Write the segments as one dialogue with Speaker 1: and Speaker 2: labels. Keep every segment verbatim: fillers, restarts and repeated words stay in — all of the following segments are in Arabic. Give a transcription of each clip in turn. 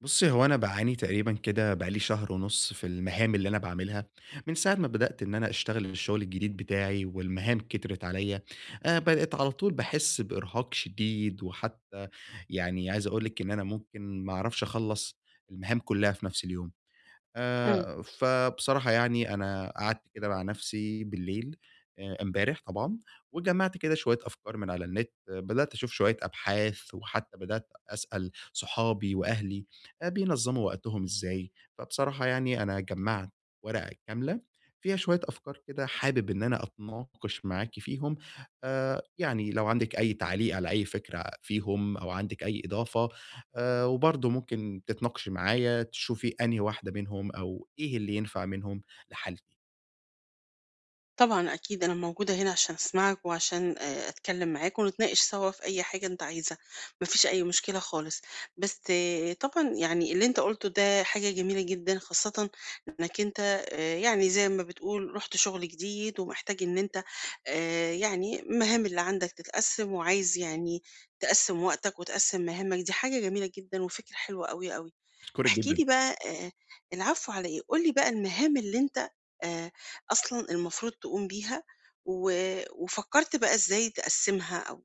Speaker 1: بُصّي، هو أنا باعاني تقريبًا كده بقى لي شهر ونُص في المهام اللي أنا باعملها، من ساعة ما بدأت إن أنا أشتغل الشغل الجديد بتاعي والمهام كترت عليّا، آآ بقيت على طول باحس بإرهاق شديد، وحتى يعني عايز أقول لِك إن أنا ممكن ما أعرفش أخلّص المهام كلّها في نفس اليوم.
Speaker 2: إمم،
Speaker 1: آآ، فبصراحة يعني أنا قعدت كده مع نفسي بالليل آآ، امبارح طبعًا، وجمّعت كده شوية أفكار من على النت، آه، بدأت أشوف شوية أبحاث، وحتى بدأت أسأل صحابي وأهلي آآ، بينظموا وقتهم إزاي، فبصراحة يعني أنا جمّعت ورقة كاملة فيها شوية أفكار كده حابب إن أنا أتناقش معاكِ فيهم، آآ، يعني لو عندِك أي تعليق على أي فكرة فيهم أو عندِك أي إضافة آآ، وبرضه ممكن تتناقشي معايا تشوفي أنهي واحدة منهم أو إيه اللي ينفع منهم لحالتي،
Speaker 2: طبعًا أكيد أنا موجودة هنا عشان أسمعك وعشان آآ أتكلّم معاك ونتناقش سوا في أي حاجة أنت عايزها، ما فيش أي مشكلة خالص، بس آه، طبعًا يعني اللي أنت قُلته ده حاجة جميلة جدًا خاصةً إنّك أنت آآ يعني زي ما بتقول رُحت شغل جديد ومحتاج إن أنت آآ يعني المهام اللي عندك تتقسّم وعايز يعني تقسّم وقتك وتقسّم مهامك، دي حاجة جميلة جدًا وفكرة حلوة أوي، أوي.
Speaker 1: باشكرِك
Speaker 2: احكِ
Speaker 1: جدًا.
Speaker 2: لي بقى آآ العفو على إيه، قُل لي بقى المهام اللي أنت آآ أصلًا المفروض تقوم بيها و وفكّرت بقى إزاي تقسّمها أو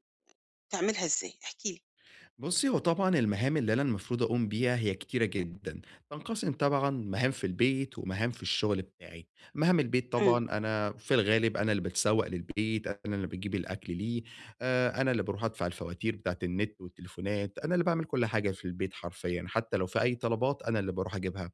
Speaker 2: تعملها إزاي؟ احكِ لي.
Speaker 1: بُصّي، هو طبعًا المهام اللي أنا المفروض أقوم بيها هي كتيرة جدًا، تنقسم طبعًا مهام في البيت ومهام في الشغل بتاعي. مهام البيت
Speaker 2: إمم،
Speaker 1: طبعًا أنا في الغالب أنا اللي باتسوّق للبيت، أنا اللي باجيب الأكل ليه، آآ، أنا اللي باروح أدفع الفواتير بتاعة النت والتليفونات، أنا اللي باعمل كل حاجة في البيت حرفيًا، حتى لو في أي طلبات أنا اللي باروح أجيبها.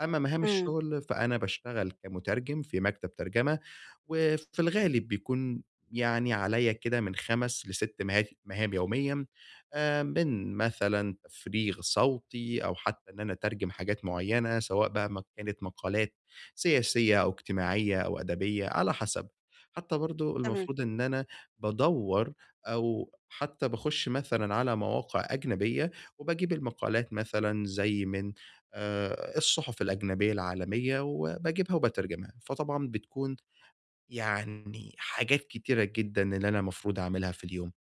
Speaker 1: أما مهام
Speaker 2: إمم،
Speaker 1: الشغل فأنا باشتغل كمترجم في مكتب ترجمة، وفي الغالب بيكون يعني عليّا كده من خمسة لستة مها مهام يوميًا، آآ من مثلًا تفريغ صوتي أو حتى إن أنا أترجم حاجات معيّنة، سواء بقى ما كانت مقالات سياسية أو اجتماعية أو أدبية على حسب. حتى برضه
Speaker 2: تمام،
Speaker 1: المفروض إن أنا بادوّر أو حتى باخُش مثلًا على مواقع أجنبية وباجيب المقالات مثلًا زي من آآ الصُحُف الأجنبية العالمية وباجيبها وباترجمها، فطبعًا بتكون يعني حاجات كتيرة جدًا اللي أنا المفروض أعملها في اليوم.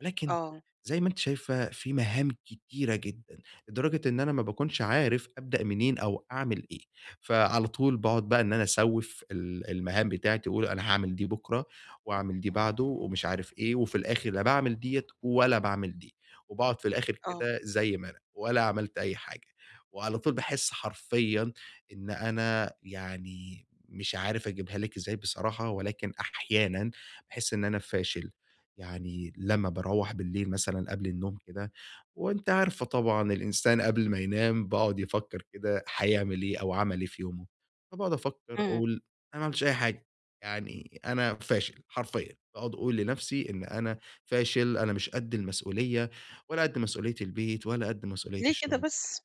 Speaker 1: ولكن
Speaker 2: آه،
Speaker 1: زي ما أنتِ شايفة في مهام كتيرة جدًا، لدرجة إن أنا ما باكونش عارف أبدأ منين أو أعمل إيه، فعلى طول باقعد بقى إن أنا أسوّف ال المهام بتاعتي وأقول أنا هاعمل دي بُكرة، وأعمل دي بعده، ومش عارف إيه، وفي الآخر لا باعمل ديّة ولا باعمل دي، وباقعد في الآخر
Speaker 2: آه،
Speaker 1: كده زي ما أنا، ولا عملت أي حاجة، وعلى طول باحس حرفيًا إن أنا يعني مش عارف أجيبها لِك إزاي بصراحة، ولكن أحيانًا باحس إن أنا فاشل. يعني لمّا باروّح بالليل مثلًا قبل النوم كده، وأنتِ عارفة طبعًا الإنسان قبل ما ينام بيقعد يفكّر كده هيعمل إيه أو عمل إيه في يومه، فباقعد أفكّر
Speaker 2: إمم،
Speaker 1: أقول أنا ما عملتش أي حاجة، يعني أنا فاشل حرفيًا، باقعد أقول لنفسي إن أنا فاشل، أنا مش قد المسؤولية ولا قد مسؤولية البيت ولا قد مسؤولية
Speaker 2: ليه كده
Speaker 1: الشغل،
Speaker 2: بس؟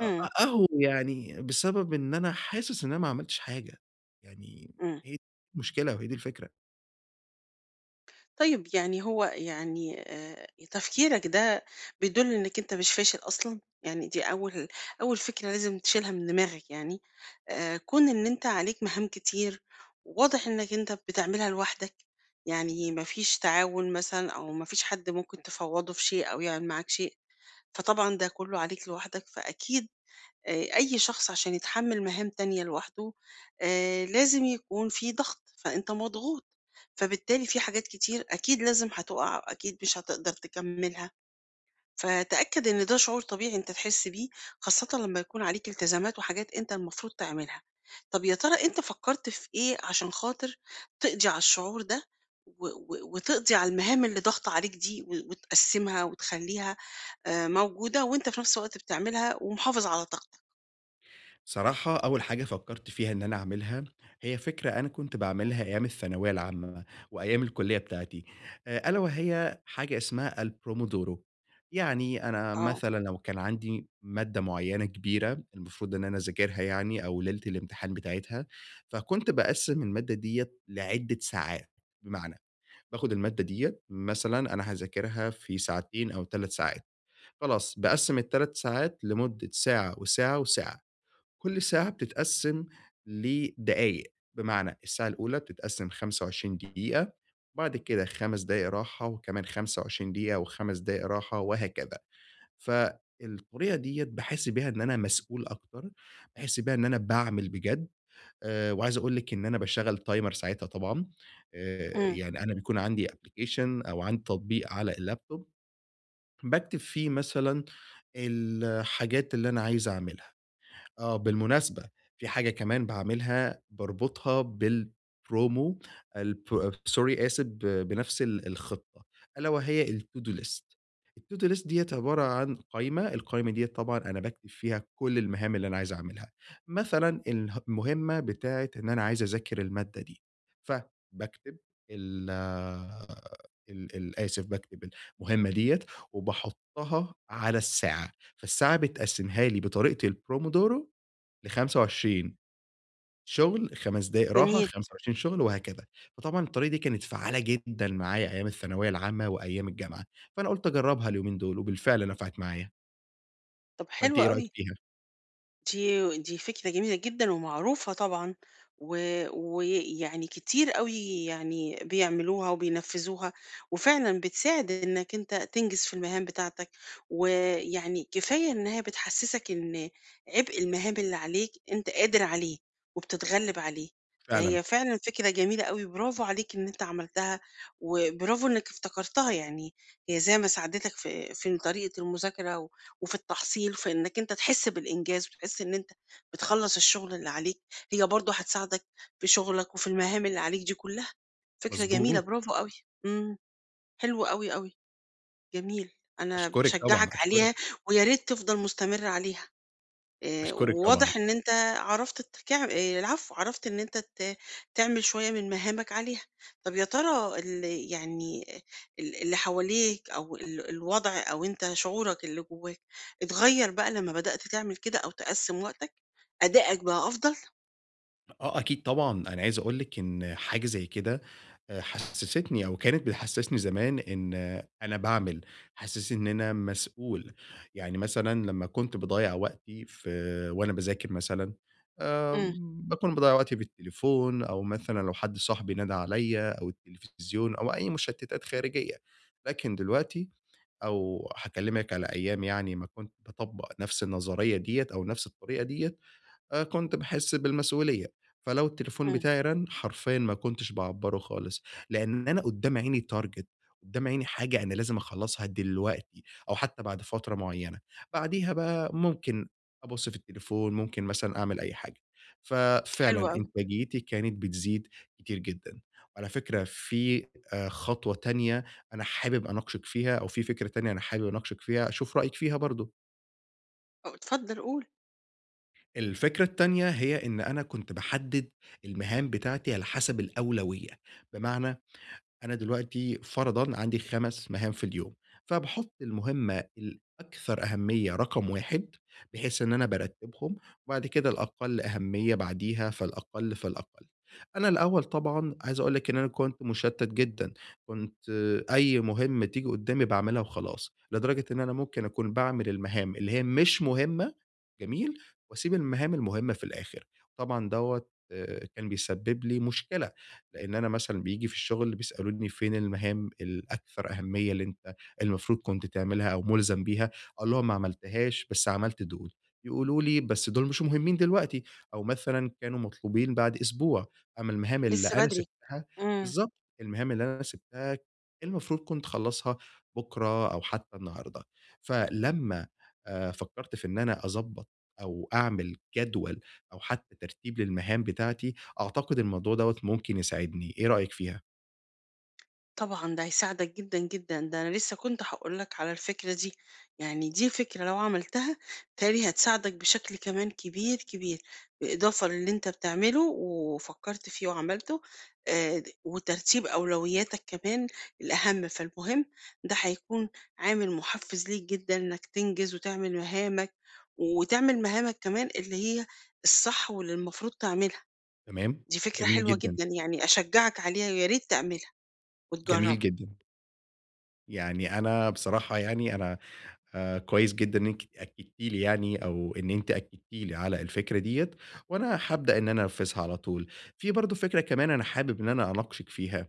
Speaker 1: أ أ
Speaker 2: إمم،
Speaker 1: أهو يعني بسبب إن أنا حاسس إن أنا ما عملتش حاجة، يعني
Speaker 2: إمم.
Speaker 1: هي دي المشكلة وهي دي الفكرة.
Speaker 2: طيب يعني هو يعني آآ تفكيرك ده بيدُل إنّك أنت مش فاشل أصلًا، يعني دي أول أول فكرة لازم تشيلها من دماغك يعني، آآ كون إن أنت عليك مهام كتير، واضح إنّك أنت بتعملها لوحدك، يعني ما فيش تعاون مثلًا أو ما فيش حد ممكن تفوّضه في شيء أو يعمل معاك شيء، فطبعًا ده كلّه عليك لوحدك فأكيد آآ أي شخص عشان يتحمّل مهام تانية لوحده آآ لازم يكون في ضغط، فأنت مضغوط، فبالتالي في حاجات كتير أكيد لازم هتُقع وأكيد مش هتقدر تكمّلها، فتأكد إن ده شعور طبيعي أنت تحس بيه، خاصةً لمّا يكون عليك التزامات وحاجات أنت المفروض تعملها. طَب يا ترى أنت فكّرت في إيه عشان خاطر تقضي على الشعور ده و و وتقضي على المهام اللي ضاغطة عليك دي و وتقسّمها وتخلّيها آآ موجودة وأنت في نفس الوقت بتعملها ومحافظ على طاقتك؟
Speaker 1: صراحة أول حاجة فكّرت فيها إن أنا أعملها، هي فكرة أنا كنت باعملها أيام الثانوية العامة وأيام الكلية بتاعتي، آآ ألا وهي حاجة اسمها الPromodoro. يعني أنا
Speaker 2: آه.
Speaker 1: مثلًا لو كان عندي مادة معيّنة كبيرة المفروض إن أنا أذاكرها يعني أو ليلة الامتحان بتاعتها، فكنت باقسّم المادة ديّة لعدة ساعات، بمعنى باخد المادة ديّة مثلًا أنا هاذاكرها في ساعتين أو ثلاث ساعات، خلاص باقسّم الثلاث ساعات لمدة ساعة وساعة وساعة. كل ساعة بتتقسّم لدقايق، بمعنى الساعة الأولى بتتقسّم خمسة وعشرين دقيقة، وبعد كده خمس دقايق راحة، وكمان خمسة وعشرين دقيقة و5 دقايق راحة وهكذا. فالطريقة ديّة باحس بيها إن أنا مسؤول أكتر، باحس بيها إن أنا باعمل بجد، آآ وعايز أقول لِك إن أنا باشغّل timer ساعتها طبعًا، آآ
Speaker 2: إمم،
Speaker 1: يعني أنا بيكون عندي application أو عندي تطبيق على اللابتوب باكتب فيه مثلًا الحاجات اللي أنا عايز أعملها. آه، بالمناسبة في حاجة كمان باعملها باربطها بالpromo الب سوري آسف ب بنفس ال الخطة، ألا وهي الTo-do list. الTo-do list ديّة عبارة عن قايمة، القايمة ديّة طبعًا أنا باكتب فيها كل المهام اللي أنا عايز أعملها، مثلًا اله المهمة بتاعة إن أنا عايز أذاكر المادة دي، فباكتب ال ال ال آسف باكتب المهمة ديّة وباحطها على الساعة، فالساعة بتقسمها لي بطريقة الPromodoro لخمسة وعشرين شغل، خمس دقايق راحة،
Speaker 2: جميل.
Speaker 1: خمسة وعشرين شغل وهكذا. فطبعًا الطريقة دي كانت فعّالة جدًا معايا أيام الثانوية العامة وأيام الجامعة، فأنا قُلت أجرّبها اليومين دول وبالفعل نفعت معايا،
Speaker 2: طب
Speaker 1: فأنتِ
Speaker 2: حلو
Speaker 1: إيه رأيِك
Speaker 2: أوي،
Speaker 1: فيها؟
Speaker 2: دي دي فكرة جميلة جدًا ومعروفة طبعًا، و ويعني كتير أوي يعني بيعملوها وبينفّذوها، وفعلًا بتساعد إنك أنت تنجز في المهام بتاعتك، ويعني كفاية إن هي بتحسّسك إن عبء المهام اللي عليك أنت قادر عليه، وبتتغلّب عليه،
Speaker 1: فعلًا،
Speaker 2: فهي فعلًا فكرة جميلة أوي، برافو عليك إن أنت عملتها، وبرافو إنك افتكرتها يعني، هي زي ما ساعدتك في في طريقة المذاكرة وفي التحصيل، في إنك أنت تحس بالإنجاز وتحس إن أنت بتخلّص الشغل اللي عليك، هي برضه هتساعدك في شغلك وفي المهام اللي عليك دي كلها. فكرة جميلة،
Speaker 1: مضبوط،
Speaker 2: برافو أوي، إمم، حلو أوي، أوي، جميل، أنا
Speaker 1: أشكرِك طبعًا،
Speaker 2: باشجعك
Speaker 1: أشكرِك،
Speaker 2: عليها ويا ريت تفضل مستمر عليها. آآ،
Speaker 1: أشكرِك طبعًا.
Speaker 2: وواضح إن أنت عرفت تكع آآ، العفو، عرفت إن أنت ت تعمل شوية من مهامك عليها. طب يا ترى ال يعني ال اللي حواليك أو ال الوضع أو أنت شعورك اللي جواك اتغيّر بقى لمّا بدأت تعمل كده أو تقسّم وقتك؟ أدائك بقى أفضل؟
Speaker 1: آه، أكيد طبعًا، أنا عايز أقول لِك إن حاجة زي كده آآ، حسّستني أو كانت بتحسّسني زمان إن آه، أنا باعمل، حسّسني إن أنا مسؤول، يعني مثلًا لمّا كنت باضيّع وقتي في وأنا باذاكر مثلًا
Speaker 2: إمم،
Speaker 1: آمم، باكون باضيّع وقتي في التليفون أو مثلًا لو حد صاحبي نادى عليّا أو التلفزيون أو أي مشتتات خارجية، لكن دلوقتي أو هاكلمِك على أيام يعني ما كنت باطبّق نفس النظرية ديّة أو نفس الطريقة ديّة، آآ كنت باحس بالمسؤولية، فلو التليفون
Speaker 2: إمم،
Speaker 1: بتاعي رَن حرفيًا ما كنتش باعبّره خالص، لإن أنا قدّام عيني target قدّام عيني حاجة أنا لازم أخلّصها دلوقتي أو حتى بعد فترة معيّنة، بعديها بقى ممكن أبُص في التليفون، ممكن مثلًا أعمل أي حاجة.
Speaker 2: حلو
Speaker 1: ففعلًا
Speaker 2: أوي.
Speaker 1: إنتاجيتي كانت بتزيد كتير جدًا. وعلى فكرة في آآ خطوة تانية أنا حابب أناقشِك فيها أو في فكرة تانية أنا حابب أناقشِك فيها، أشوف رأيِك فيها برضه.
Speaker 2: آه، اتفضل قُل،
Speaker 1: الفكرة التانية هي إن أنا كنت باحدد المهام بتاعتي على حسب الأولوية، بمعنى أنا دلوقتي فرضًا عندي خمس مهام في اليوم، فباحط المهمة الأكثر أهمية رقم واحد بحيث إن أنا بارتّبهم، وبعد كده الأقل أهمية بعديها، فالأقل، فالأقل. أنا الأول طبعًا عايز أقول لِك إن أنا كنت مُشتّت جدًا، كنت آه، أي مهمة تيجي قدّامي باعملها وخلاص، لدرجة إن أنا ممكن أكون باعمل المهام اللي هي مش مهمة، جميل، وأسيب المهام المهمة في الآخر، طبعًا دوّة آآ كان بيسبب لي مشكلة. لإن أنا مثلًا بييجي في الشغل بيسألوني فين المهام الأكثر أهمية اللي أنت المفروض كنت تعملها أو مُلزم بيها، أقول لهم ما عملتهاش بس عملت دول، يقولوا لي بس دول مش مهمين دلوقتي، أو مثلًا كانوا مطلوبين بعد أسبوع، أمّا المهام اللي
Speaker 2: لسه
Speaker 1: أنا
Speaker 2: بدري.
Speaker 1: سِبتها
Speaker 2: إمم.
Speaker 1: بالضبط، المهام اللي أنا سِبتها المفروض كنت أخلّصها بُكرة أو حتى النهارده. فلمّا آآ فكّرت في إن أنا أضبّط أو أعمل جدول أو حتى ترتيب للمهام بتاعتي، أعتقد الموضوع دوّة ممكن يساعدني، إيه رأيك فيها؟
Speaker 2: طبعًا ده هيساعدك جدًا، جدًا، ده أنا لسه كنت هاقول لك على الفكرة دي، يعني دي فكرة لو عملتها بيتهيأ لي هتساعدك بشكل كمان كبير، كبير، بالإضافة للي أنت بتعمله وفكّرت فيه وعملته آآ، د وترتيب أولوياتك كمان الأهم، فالمهم ده هيكون عامل محفّز ليك جدًا إنك تنجز وتعمل مهامك، وتعمل مهامك كمان اللي هي الصح واللي المفروض تعملها،
Speaker 1: تمام،
Speaker 2: دي فكرة
Speaker 1: جميل
Speaker 2: حلوة
Speaker 1: جدًا،
Speaker 2: جدًا يعني أشجّعك عليها ويا ريت تعملها
Speaker 1: جميل
Speaker 2: وتجرّبها.
Speaker 1: جدًا. يعني أنا بصراحة يعني أنا آآ كويس جدًا إنِّك أكدتِ لي يعني أو إن أنتِ أكدتِ لي على الفكرة ديّة، وأنا هابدأ إن أنا أنفذها على طول. في برضه فكرة كمان أنا حابب إن أنا أناقشِك فيها.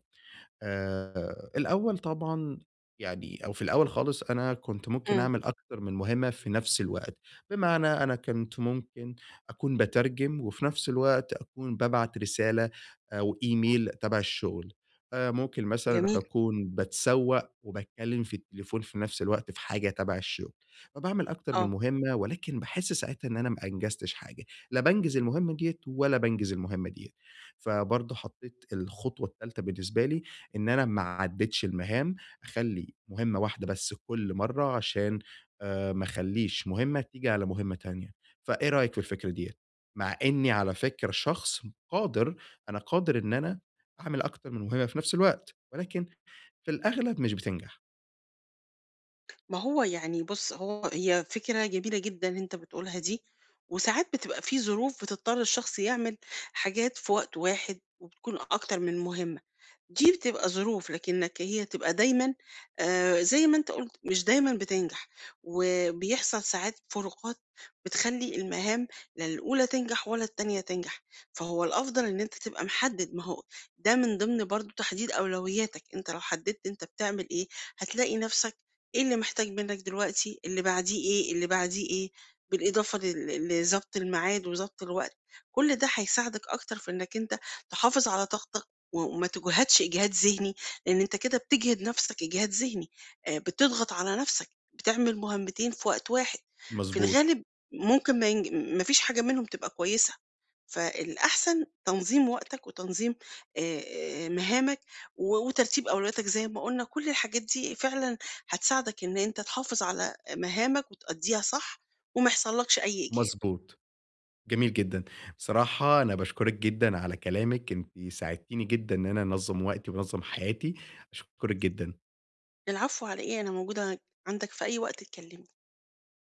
Speaker 1: آآ الأول طبعًا يعني أو في الأول خالص أنا كنت ممكن
Speaker 2: إمم.
Speaker 1: أعمل أكتر من مهمة في نفس الوقت، بمعنى أنا كنت ممكن أكون باترجم وفي نفس الوقت أكون بابعت رسالة أو إيميل تبع الشغل، آآ ممكن مثلًا
Speaker 2: جميل،
Speaker 1: أكون باتسوق وباتكلم في التليفون في نفس الوقت في حاجة تبع الشغل، فباعمل أكتر من
Speaker 2: آه،
Speaker 1: مهمة ولكن باحس ساعتها إن أنا ما أنجزتش حاجة، لا بانجز المهمة ديّة ولا بانجز المهمة ديّة، فبرضه حطيت الخطوة التالتة بالنسبة لي إن أنا ما أعدّتش المهام، أخلّي مهمة واحدة بس كل مرّة عشان آآ ما أخلّيش مهمة تيجي على مهمة تانية، فإيه رأيك في الفكرة ديّة؟ مع إنّي على فكرة شخص قادر، أنا قادر إن أنا أعمل أكتر من مهمة في نفْس الوقت، ولكن في الأغلب مش بتنجح.
Speaker 2: ما هو يعني بُص هو هي فكرة جميلة جدًا أنت بتقولها دي، وساعات بتبقى في ظروف بتضطر الشخص يعمل حاجات في وقت واحد وبتكون أكتر من مهمة. دي بتبقى ظروف، لكنك هي تبقى دايمًا آآ زي ما أنت قُلت مش دايمًا بتنجح، وبيحصل ساعات فروقات بتخلّي المهام لا الأولى تنجح ولا التانية تنجح، فهو الأفضل إن أنت تبقى محدد، ما هو ده من ضمن برضه تحديد أولوياتك، أنت لو حددت أنت بتعمل إيه، هتلاقي نفسك إيه اللي محتاج منك دلوقتي، اللي بعديه إيه، اللي بعديه إيه، بالإضافة لل لضبط الميعاد وضبط الوقت، كل ده هيساعدك أكتر في إنك أنت تحافظ على طاقتك. و وما تجهدش إجهاد ذهني، لإن أنت كده بتجهد نفسك إجهاد ذهني، آآ بتضغط على نفسك، بتعمل مهمتين في وقت واحد، في
Speaker 1: مضبوط،
Speaker 2: الغالب ممكن ما ينج ما فيش حاجة منهم تبقى كويسة، فالأحسن تنظيم وقتك وتنظيم آآ آآ مهامك و وترتيب أولوياتك زي ما قُلنا، كل الحاجات دي فعلًا هتساعدك إن أنت تحافظ على مهامك وتأدّيها صح وما يحصلكش أي إجهاد.
Speaker 1: مضبوط، جميل جدًا. بصراحة أنا باشكرِك جدًا على كلامِك، أنتِ ساعدتيني جدًا إن أنا أنظّم وقتي وأنظّم حياتي، أشكرِك جدًا.
Speaker 2: العفو على إيه، أنا موجودة عندك في أي وقت تكلمني.